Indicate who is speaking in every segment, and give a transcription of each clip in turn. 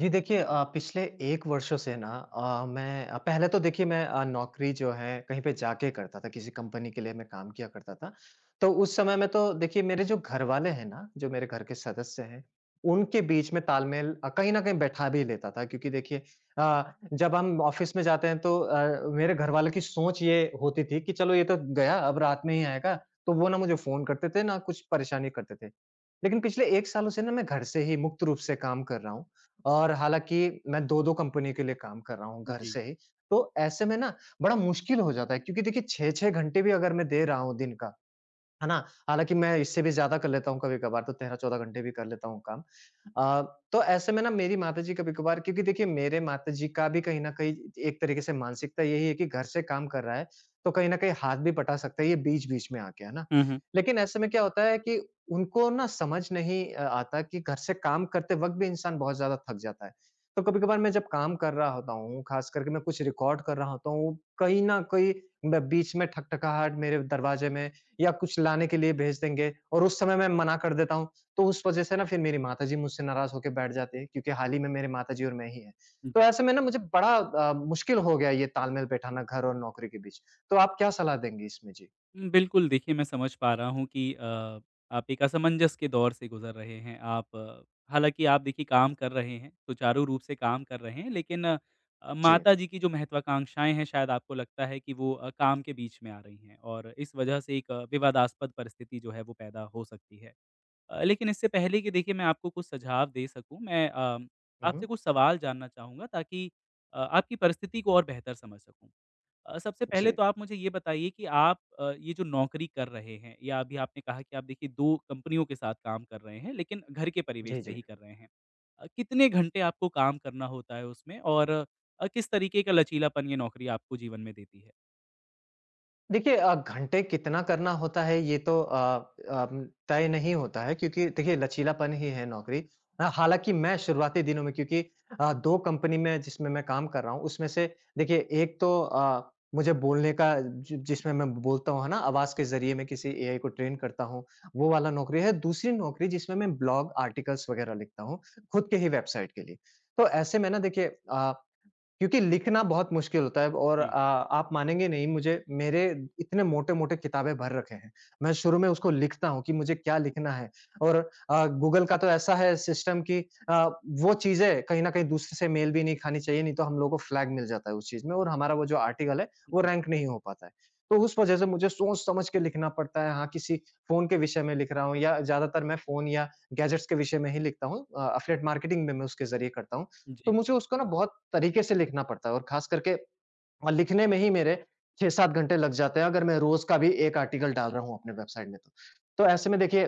Speaker 1: जी देखिए पिछले 1 वर्षों से ना मैं पहले तो देखिए मैं नौकरी जो है कहीं पे जाके करता था, किसी कंपनी के लिए मैं काम किया करता था। तो उस समय में तो देखिए मेरे जो घरवाले हैं ना, जो मेरे घर के सदस्य हैं, उनके बीच में तालमेल कहीं न कहीं बैठा भी लेता था क्योंकि देखिए जब हम ऑफ़िस में जाते हैं तो मेरे घरवालों की सोच ये होती थी कि चलो ये तो गया, अब रात में ही आएगा। तो वो ना मुझे फ़ोन करते थे, ना कुछ परेशानी करते थे। लेकिन पिछले 1 सालों से ना मैं घर से ही मुक्त रूप से काम कर रहा हूँ। और हालाँकि मैं 2-2 कंपनी के लिए काम कर रहा हूँ घर
Speaker 2: जी।
Speaker 1: से ही, तो ऐसे में ना बड़ा मुश्किल हो जाता है क्योंकि देखिए 6-6 घंटे भी अगर मैं दे रहा हूँ दिन का, है ना? हालाँकि मैं इससे भी ज़्यादा कर लेता हूँ कभी-कभार तो 13-14 घंटे भी कर लेता हूँ काम। अ, तो ऐसे में ना मेरी माताजी कभी-कभार क्योंकि देखिए मेरे माताजी का भी कहीं न कहीं एक तरीके से मानसिकता यही है कि घर से काम कर रहा है, तो कहीं न कहीं हाथ भी बटा सकता है ये बीच-बीच में आके, है ना?
Speaker 2: हुँ, हुँ।
Speaker 1: लेकिन ऐसे में क्या होता है कि उनको ना समझ नहीं आता कि घर से काम करते वक़्त भी इंसान बहुत ज़्यादा थक जाता है। तो कभी-कभार मैं जब काम कर रहा होता हूँ, ख़ास करके मैं कुछ रिकॉर्ड कर रहा होता हूँ, कहीं न कहीं मैं बीच में ठकठकाहट मेरे दरवाज़े में या कुछ लाने के लिए भेज देंगे और उस समय मैं मना कर देता हूँ, तो उस वज़ह से ना फिर मेरी माताजी मुझसे नाराज़ होके बैठ जाती हैं क्योंकि हाल ही में मेरे माताजी और मैं ही हैं। तो ऐसे में ना मुझे बड़ा मुश्किल हो गया ये तालमेल बैठाना घर और नौकरी के बीच। तो आप क्या सलाह देंगी इसमें? जी।
Speaker 2: बिल्कुल देखिए मैं समझ पा रहा हूँ कि आप एक असमंजस के दौर से गुज़र रहे हैं। आप हालाँकि आप देखिए काम कर रहे हैं, सुचारू रूप से काम कर रहे हैं, लेकिन
Speaker 1: जी।
Speaker 2: माताजी की जो महत्वाकांक्षाएँ हैं शायद आपको लगता है कि वो काम के बीच में आ रही हैं और इस वजह से एक विवादास्पद परिस्थिति जो है वो पैदा हो सकती है। लेकिन इससे पहले कि देखिए मैं आपको कुछ सुझाव दे सकूँ, मैं
Speaker 1: हुँ,
Speaker 2: आपसे
Speaker 1: हुँ।
Speaker 2: कुछ सवाल जानना चाहूँगा ताकि आपकी परिस्थिति को और बेहतर समझ सकूँ। सबसे पहले
Speaker 1: जी।
Speaker 2: तो आप मुझे ये बताइए कि आप ये जो नौकरी कर रहे हैं, या अभी आपने कहा कि आप देखिए 2 कंपनियों के साथ काम कर रहे हैं, लेकिन घर के परिवेश
Speaker 1: जी,
Speaker 2: से
Speaker 1: जी।
Speaker 2: ही कर रहे हैं। कितने घंटे आपको काम करना होता है उसमें, और किस तरीके का लचीलापन ये नौकरी आपको जीवन में देती है?
Speaker 1: देखिए घंटे कितना करना होता है ये तो तय नहीं होता है क्योंकि देखिए लचीलापन ही है नौकरी। हालाँकि मैं शुरुआती दिनों में क्योंकि 2 कंपनी में जिसमें मैं काम कर रहा हूँ उसमें से देखिए एक तो मुझे बोलने का जि जिसमें मैं बोलता हूँ ना आवाज़ के ज़रिए मैं किसी एआई को ट्रेन करता हूँ, वो वाला नौकरी है। दूसरी नौकरी जिसमें मैं ब्लॉग आर्टिकल्स वग़ैरह लिखता हूँ, खुद के ही वेबसाइट के लिए। तो ऐसे में ना देखिए क्योंकि लिखना बहुत मुश्किल होता है और
Speaker 2: जी,
Speaker 1: आप मानेंगे नहीं मुझे मेरे इतने मोटे-मोटे किताबें भर रखे हैं। मैं शुरू में उसको लिखता हूँ कि मुझे क्या लिखना है और गूगल का तो ऐसा है सिस्टम कि अ, वो चीज़ें कहीं न कहीं दूसरे से मेल भी नहीं खानी चाहिए, नहीं तो हम लोगों को फ्लैग मिल जाता है उस चीज़ में और हमारा वो जो आर्टिकल है, वो
Speaker 2: जी,
Speaker 1: रैंक नहीं हो पाता है। तो उस वज़ह से मुझे सोच-समझ के लिखना पड़ता है। हाँ, किसी फ़ोन के विषय में लिख रहा हूँ या ज़्यादातर मैं फ़ोन या गैजेट्स के विषय में ही लिखता हूँ। एफिलिएट मार्केटिंग में मैं उसके ज़रिए करता हूँ।
Speaker 2: जी।
Speaker 1: तो मुझे उसको ना बहुत तरीके से लिखना पड़ता है और खास करके लिखने में ही मेरे 6-7 घंटे लग जाते हैं अगर मैं रोज़ का भी 1 आर्टिकल डाल रहा हूँ अपने वेबसाइट में तो। तो ऐसे में देखिए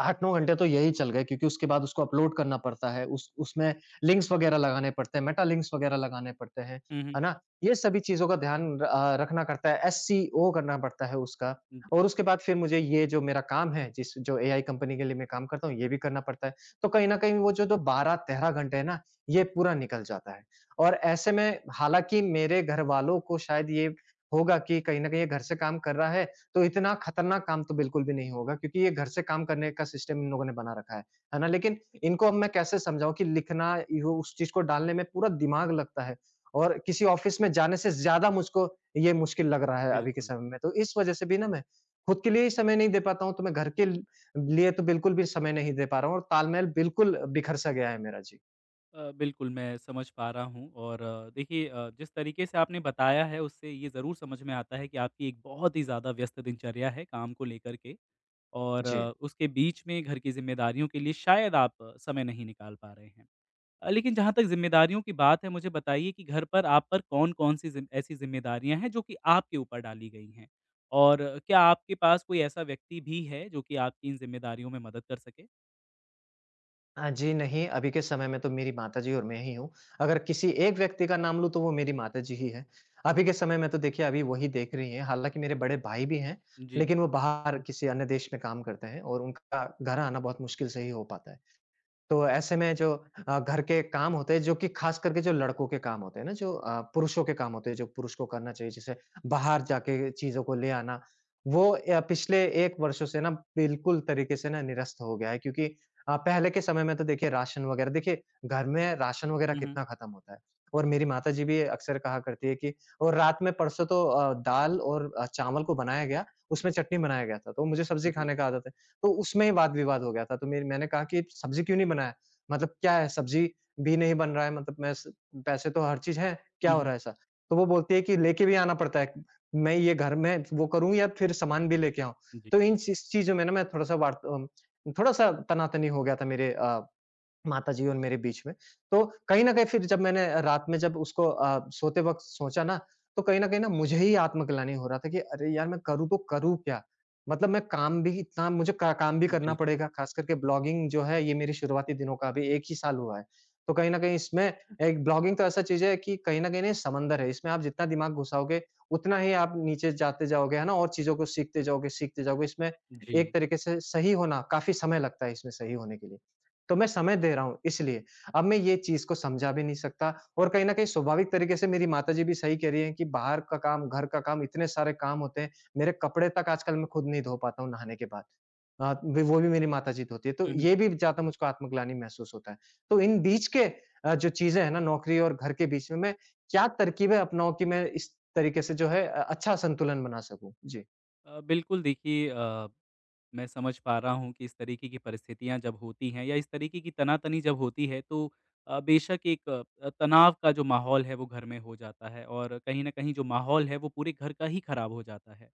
Speaker 1: 8-9 घंटे तो यही चल गए क्योंकि उसके बाद उसको अपलोड करना पड़ता है। उस उसमें लिंक्स वगैरह लगाने पड़ते हैं, मेटा लिंक्स वगैरह लगाने पड़ते हैं,
Speaker 2: हुँ, हुँ।
Speaker 1: है ना? ये सभी चीज़ों का ध्यान रखना करता है, एसईओ करना पड़ता है उसका
Speaker 2: जी,
Speaker 1: और उसके बाद फिर मुझे ये जो मेरा काम है, जिस जो एआई कंपनी के लिए मैं काम करता हूँ, ये भी करना पड़ता है। तो कहीं न कहीं वो जो जो 12-13 घंटे है ना, ये पूरा निकल जाता है और ऐसे में हालाँकि मेरे घरवालों को शायद ये होगा कि कहीं न कहीं ये घर से काम कर रहा है तो इतना खतरनाक काम तो बिल्कुल भी नहीं होगा क्योंकि ये घर से काम करने का सिस्टम इन लोगों ने बना रखा है ना? लेकिन इनको अब मैं कैसे समझाऊँ कि लिखना यो उस चीज़ को डालने में पूरा दिमाग लगता है और किसी ऑफ़िस में जाने से ज़्यादा मुझको ये मुश्किल लग रहा है अभी के
Speaker 2: बिल्कुल।
Speaker 1: समय में। तो इस वज़ह से भी ना मैं खुद के लिए ही समय नहीं दे पाता हूँ, तो मैं घर के ल लिए तो बिल्कुल भी समय नहीं दे पा रहा हूँ और तालमेल बिल्कुल बिखर-सा गया है मेरा। जी।
Speaker 2: बिल्कुल मैं समझ पा रहा हूँ, और देखिए जिस तरीके से आपने बताया है, उससे ये ज़रूर समझ में आता है कि आपकी एक बहुत ही ज़्यादा व्यस्त दिनचर्या है काम को लेकर के। और
Speaker 1: जी।
Speaker 2: उसके बीच में घर की ज़िम्मेदारियों के लिए शायद आप समय नहीं निकाल पा रहे हैं। लेकिन जहाँ तक ज़िम्मेदारियों की बात है, मुझे बताइए कि घर पर आप पर कौन-कौन सी ज़िम ऐसी ज़िम्मेदारियाँ हैं जो कि आपके ऊपर डाली गई हैं? और क्या आपके पास कोई ऐसा व्यक्ति भी है जो कि आपकी इन ज़िम्मेदारियों में मदद कर सके?
Speaker 1: जी नहीं, अभी के समय में तो मेरी माताजी और मैं ही हूँ। अगर किसी एक व्यक्ति का नाम लूँ तो वो मेरी माताजी ही हैं। अभी के समय में तो देखिए अभी वही देख रही हैं, हालाँकि मेरे बड़े भाई भी हैं,
Speaker 2: जी।
Speaker 1: लेकिन वो बाहर किसी अन्य देश में काम करते हैं और उनका घर आना बहुत मुश्किल से ही हो पाता है। तो ऐसे में जो घर के काम होते हैं जो कि खास करके जो लड़कों के काम होते हैं ना जो पुरुषों के काम होते हैं जो पुरुष को करना चाहिए जैसे बाहर जाके चीज़ों को ले आना, वो पिछले 1 वर्षों से ना बिल्कुल तरीके से ना निरस्त हो गया है क्योंकि पहले के समय में तो देखिए राशन वगैरह देखिए घर में राशन वगैरह
Speaker 2: हुँ, हुँ।
Speaker 1: कितना खत्म होता है और मेरी माताजी भी अक्सर कहा करती है कि और रात में परसों तो दाल और चावल को बनाया गया, उसमें चटनी बनाया गया था, तो मुझे सब्जी
Speaker 2: जी।
Speaker 1: खाने का आदत है। तो उसमें ही वाद-विवाद हो गया था। तो मेर मैंने कहा कि सब्ज़ी क्यों नहीं बनाया? मतलब क्या है सब्ज़ी भी नहीं बन रहा है मतलब मैं स पैसे तो हर चीज़ है, क्या
Speaker 2: हुँ,
Speaker 1: हो
Speaker 2: हुँ।
Speaker 1: रहा है ऐसा? तो वो बोलती है कि लेके भी आना पड़ता है। मैं ये घर में वो करूँ या फिर सामान भी लेके आऊँ?
Speaker 2: जी।
Speaker 1: तो इन चीज़ों में ना मैं थोड़ा-सा थोड़ा-सा तना-तनी हो गया था मेरे माताजी और मेरे बीच में। तो कहीं न कहीं फिर जब मैंने रात में जब उसको सोते वक़्त सोचा ना, तो कहीं न कहीं ना मुझे ही आत्मग्लानि हो रहा था कि अरे यार! मैं करूँ तो करूँ क्या? मतलब मैं काम भी इतना मुझे का काम भी करना
Speaker 2: बिल्कुल,
Speaker 1: पड़ेगा, ख़ास करके ब्लॉगिंग जो है ये मेरी शुरुआती दिनों का अभी 1 ही साल हुआ है। तो कहीं न कहीं इसमें एक ब्लॉगिंग तो ऐसा चीज़ है कि कहीं न कहीं ना ये समंदर है, इसमें आप जितना दिमाग घुसाओगे, उतना ही आप नीचे जाते जाओगे, है ना? और चीज़ों को सीखते जाओगे, सीखते जाओगे। इसमें
Speaker 2: जी।
Speaker 1: एक तरीके से सही होना काफ़ी समय लगता है इसमें सही होने के लिए। तो मैं समय दे रहा हूँ इसलिए। अब मैं ये चीज़ को समझा भी नहीं सकता और कहीं न कहीं स्वाभाविक तरीके से मेरी माताजी भी सही कह रही हैं कि बाहर का काम, घर का काम इतने सारे काम होते हैं, मेरे कपड़े तक आजकल मैं खुद नहीं धो पाता हूँ नहाने के बाद। वे वो भी मेरी माताजी धोती हैं, तो
Speaker 2: हुँ, हुँ।
Speaker 1: ये भी ज़्यादा मुझको आत्मग्लानि महसूस होता है। तो इन बीच के जो चीज़ें हैं ना नौकरी और घर के बीच में मैं क्या तरकीबें अपनाऊँ कि मैं इस तरीके से जो है अच्छा संतुलन बना सकूँ? जी।
Speaker 2: बिल्कुल देखिए, मैं समझ पा रहा हूँ कि इस तरीके की परिस्थितियाँ जब होती हैं, या इस तरीके की तनातनी जब होती है, तो बेशक एक तनाव का जो माहौल है वो घर में हो जाता है, और कहीं न कहीं जो माहौल है वो पूरे घर का ही खराब हो जाता है।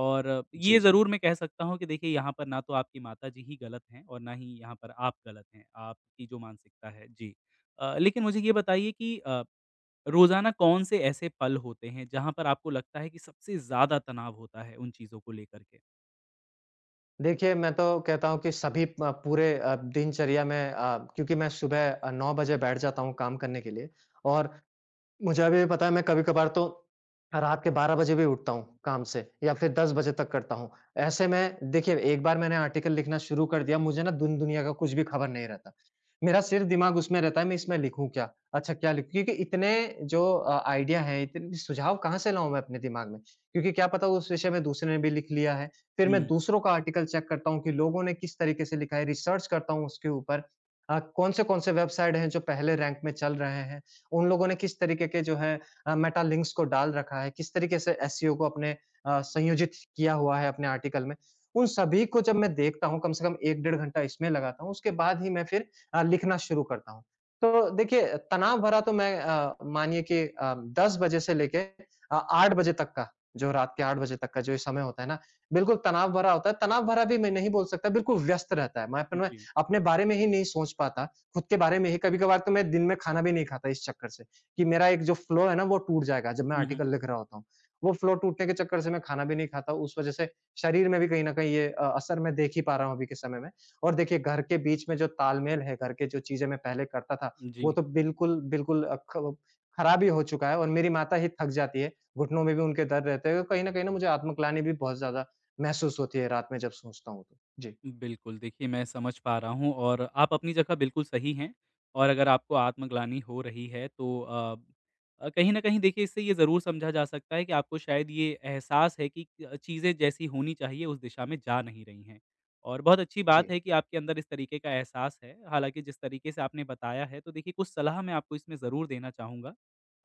Speaker 2: और
Speaker 1: जी,
Speaker 2: ये
Speaker 1: जी।
Speaker 2: ज़रूर मैं कह सकता हूँ कि देखिए, यहाँ पर ना तो आपकी माताजी ही गलत हैं और ना ही यहाँ पर आप गलत हैं, आपकी जो मानसिकता है। जी। लेकिन मुझे ये बताइए कि रोज़ाना कौन से ऐसे पल होते हैं जहाँ पर आपको लगता है कि सबसे ज़्यादा तनाव होता है उन चीज़ों को लेकर के?
Speaker 1: देखिए, मैं तो कहता हूँ कि सभी पूरे दिनचर्या में क्योंकि मैं सुबह 9 बजे बैठ जाता हूँ काम करने के लिए और मुझे अभी पता है मैं कभी-कभार तो रात के 12 बजे भी उठता हूँ काम से या फिर 10 बजे तक करता हूँ। ऐसे में देखिए एक बार मैंने आर्टिकल लिखना शुरू कर दिया मुझे ना दुन-दुनिया का कुछ भी खबर नहीं रहता। मेरा सिर्फ़ दिमाग उसमें रहता है मैं इसमें लिखूँ क्या? अच्छा क्या लिखूँ? क्योंकि इतने जो आइडिया हैं इतने सुझाव कहाँ से लाऊँ मैं अपने दिमाग में? क्योंकि क्या पता उस विषय में दूसरे ने भी लिख लिया है। फिर मैं
Speaker 2: हुँ।
Speaker 1: दूसरों का आर्टिकल चेक करता हूँ कि लोगों ने किस तरीके से लिखा है, रिसर्च करता हूँ उसके ऊपर। कौन से-कौन से वेबसाइट हैं जो पहले रैंक में चल रहे हैं। उन लोगों ने किस तरीके के जो है मेटा लिंक्स को डाल रखा है, किस तरीके से एसईओ को अपने संयोजित किया हुआ है अपने आर्टिकल में। उन सभी को जब मैं देखता हूँ, कम से कम 1 डेढ़ घंटा इसमें लगाता हूँ, उसके बाद ही मैं फिर लिखना शुरू करता हूँ। तो देखिए तनाव भरा तो मैं मानिए कि 10 बजे से लेके अ, 8 बजे तक का, जो रात के 8 बजे तक का जो ये समय होता है ना, बिल्कुल तनाव भरा होता है। तनाव भरा भी मैं नहीं बोल सकता, बिल्कुल व्यस्त रहता है। मैं
Speaker 2: जी।
Speaker 1: अपने बारे में ही नहीं सोच पाता खुद के बारे में ही कभी-कभार तो मैं दिन में खाना भी नहीं खाता इस चक्कर से, कि मेरा एक जो फ्लो है ना वो टूट जाएगा जब मैं
Speaker 2: हुँ, हुँ।
Speaker 1: आर्टिकल लिख रहा होता हूँ। वो फ्लो टूटने के चक्कर से मैं खाना भी नहीं खाता, उस वजह से शरीर में भी कहीं न कहीं ये असर मैं देख ही पा रहा हूँ अभी के समय में। और देखिए घर के बीच में जो तालमेल है, घर के जो चीज़ें मैं पहले करता था, वो
Speaker 2: जी,
Speaker 1: तो बिल्कुल, बिल्कुल अ, ख खराब ही हो चुका है और मेरी माता ही थक जाती है, घुटनों में भी उनके दर्द रहते हैं, कहीं न कहीं ना मुझे आत्मग्लानि भी बहुत ज़्यादा महसूस होती है रात में जब सोचता हूँ तो। जी,
Speaker 2: बिल्कुल। देखिए, मैं समझ पा रहा हूँ और आप अपनी जगह बिल्कुल सही हैं, और अगर आपको आत्मग्लानि हो रही है तो कहीं न कहीं देखिए इससे ये ज़रूर समझा जा सकता है कि आपको शायद ये एहसास है कि चीज़ें जैसी होनी चाहिए उस दिशा में जा नहीं रही हैं। और बहुत अच्छी बात
Speaker 1: जी।
Speaker 2: है कि आपके अंदर इस तरीके का एहसास है। हालाँकि जिस तरीके से आपने बताया है, तो देखिए कुछ सलाह मैं आपको इसमें ज़रूर देना चाहूँगा।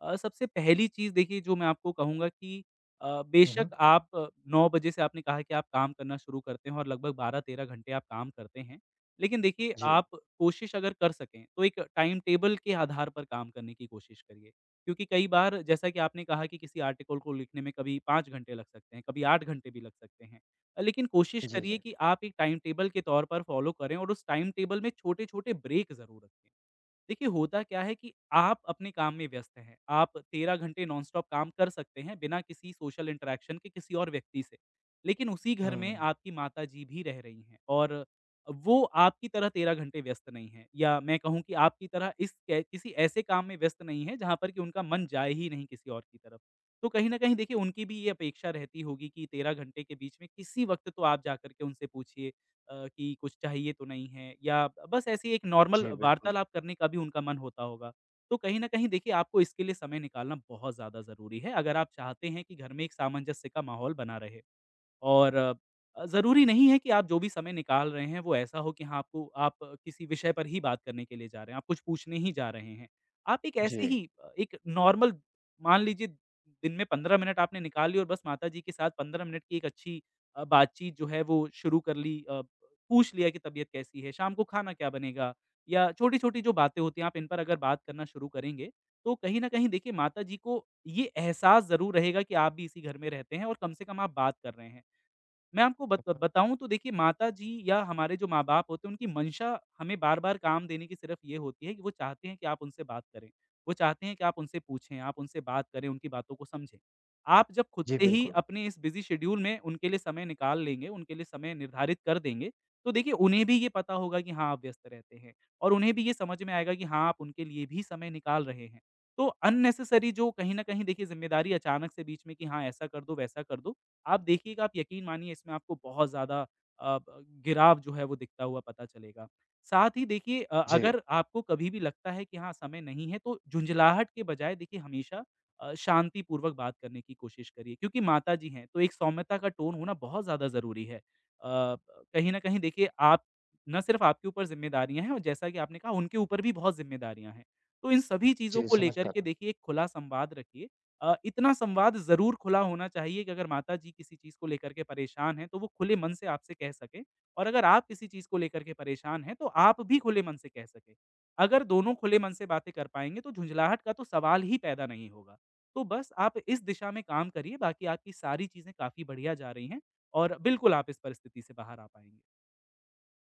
Speaker 2: सबसे पहली चीज़ देखिए जो मैं आपको कहूँगा कि
Speaker 1: हुँ,
Speaker 2: बेशक
Speaker 1: हुँ।
Speaker 2: आप 9 बजे से, आपने कहा कि आप काम करना शुरू करते हैं, और लगभग 12-13 घंटे आप काम करते हैं। लेकिन देखिए
Speaker 1: जी,
Speaker 2: आप कोशिश अगर कर सकें तो एक टाइम टेबल के आधार पर काम करने की कोशिश करिए। क्योंकि कई बार, जैसा कि आपने कहा कि किसी आर्टिकल को लिखने में कभी 5 घंटे लग सकते हैं, कभी 8 घंटे भी लग सकते हैं। लेकिन कोशिश
Speaker 1: जी,
Speaker 2: करिए
Speaker 1: जी।
Speaker 2: कि आप एक टाइम टेबल के तौर पर फ़ॉलो करें, और उस टाइम टेबल में छोटे-छोटे ब्रेक ज़रूर रखें। देखिए, होता क्या है कि आप अपने काम में व्यस्त हैं। आप 13 घंटे नॉनस्टॉप काम कर सकते हैं बिना किसी सोशल इंटरैक्शन के, किसी और व्यक्ति से। लेकिन उसी घर में
Speaker 1: हुँ।
Speaker 2: आपकी माताजी भी रह रही हैं, और वो आपकी तरह 13 घंटे व्यस्त नहीं हैं, या मैं कहूँ कि आपकी तरह इस कै किसी ऐसे काम में व्यस्त नहीं हैं जहाँ पर कि उनका मन जाए ही नहीं किसी और की तरफ। तो कहीं न कहीं देखिए उनकी भी ये अपेक्षा रहती होगी कि 13 घंटे के बीच में किसी वक़्त तो आप जाकर के उनसे पूछिए कि कुछ चाहिए तो नहीं है, या बस ऐसी एक नॉर्मल
Speaker 1: जी, बिल्कुल।
Speaker 2: वार्तालाप करने का भी उनका मन होता होगा। तो कहीं न कहीं देखिए आपको इसके लिए समय निकालना बहुत ज़्यादा ज़रूरी है, अगर आप चाहते हैं कि घर में एक सामंजस्य का माहौल बना रहे। और ज़रूरी नहीं है कि आप जो भी समय निकाल रहे हैं, वो ऐसा हो कि हाँ, आपको आप किसी विषय पर ही बात करने के लिए जा रहे हैं, आप कुछ पूछने ही जा रहे हैं। आप एक ऐसे
Speaker 1: जी।
Speaker 2: ही एक नॉर्मल, मान लीजिए दिन में 15 मिनट आपने निकाल ली और बस माताजी के साथ 15 मिनट की एक अच्छी बातचीत जो है वो शुरू कर ली, पूछ लिया कि तबीयत कैसी है, शाम को खाना क्या बनेगा, या छोटी-छोटी जो बातें होती हैं, आप इन पर अगर बात करना शुरू करेंगे, तो कहीं न कहीं देखिए माताजी को ये एहसास ज़रूर रहेगा कि आप भी इसी घर में रहते हैं और कम से कम आप बात कर रहे हैं। मैं आपको बत बताऊँ तो देखिए, माताजी या हमारे जो माँ-बाप होते हैं, उनकी मंशा हमें बार-बार काम देने की सिर्फ़ ये होती है कि वो चाहते हैं कि आप उनसे बात करें। वो चाहते हैं कि आप उनसे पूछें, आप उनसे बात करें, उनकी बातों को समझें। आप जब खुद
Speaker 1: जी,
Speaker 2: से ही
Speaker 1: बिल्कुल।
Speaker 2: अपने इस बिज़ी शेड्यूल में उनके लिए समय निकाल लेंगे, उनके लिए समय निर्धारित कर देंगे, तो देखिए उन्हें भी ये पता होगा कि हाँ, आप व्यस्त रहते हैं, और उन्हें भी ये समझ में आएगा कि हाँ, आप उनके लिए भी समय निकाल रहे हैं। तो अननेसेसरी जो कहीं न कहीं देखिए ज़िम्मेदारी अचानक से बीच में कि हाँ, ऐसा कर दो, वैसा कर दो, आप देखिएगा, आप यकीन मानिए इसमें आपको बहुत ज़्यादा अ, ब गिराव जो है वो दिखता हुआ पता चलेगा। साथ ही देखिए,
Speaker 1: जी।
Speaker 2: अगर आपको कभी भी लगता है कि हाँ, समय नहीं है, तो झुँझलाहट के बजाय देखिए हमेशा शांतिपूर्वक बात करने की कोशिश करिए, क्योंकि माताजी हैं तो एक सौम्यता का टोन होना बहुत ज़्यादा ज़रूरी है। कहीं न कहीं देखिए आप, ना सिर्फ़ आपके ऊपर ज़िम्मेदारियाँ हैं, और जैसा कि आपने कहा, उनके ऊपर भी बहुत ज़िम्मेदारियाँ हैं। तो इन सभी चीज़ों
Speaker 1: जी,
Speaker 2: को
Speaker 1: समझ
Speaker 2: लेकर
Speaker 1: पा
Speaker 2: के
Speaker 1: रहा हूँ।
Speaker 2: देखिए एक खुला संवाद रखिए। इतना संवाद ज़रूर खुला होना चाहिए कि अगर माताजी किसी चीज़ को लेकर के परेशान हैं, तो वो खुले मन से आपसे कह सकें, और अगर आप किसी चीज़ को लेकर के परेशान हैं, तो आप भी खुले मन से कह सकें। अगर दोनों खुले मन से बातें कर पाएँगे, तो झुँझलाहट का तो सवाल ही पैदा नहीं होगा। तो बस आप इस दिशा में काम करिए, बाकी आपकी सारी चीज़ें काफ़ी बढ़िया जा रही हैं, और बिल्कुल आप इस परिस्थिति से बाहर आ पाएँगे।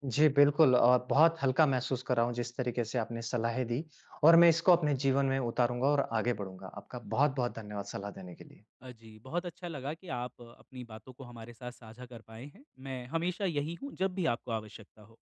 Speaker 1: जी, बिल्कुल और बहुत हल्का महसूस कर रहा हूँ जिस तरीके से आपने सलाहें दी और मैं इसको अपने जीवन में उतारूँगा और आगे बढ़ूँगा। आपका बहुत-बहुत धन्यवाद सलाह देने के लिए।
Speaker 2: जी, बहुत अच्छा लगा कि आप अपनी बातों को हमारे साथ साझा कर पाए हैं। मैं हमेशा यही हूँ, जब भी आपको आवश्यकता हो।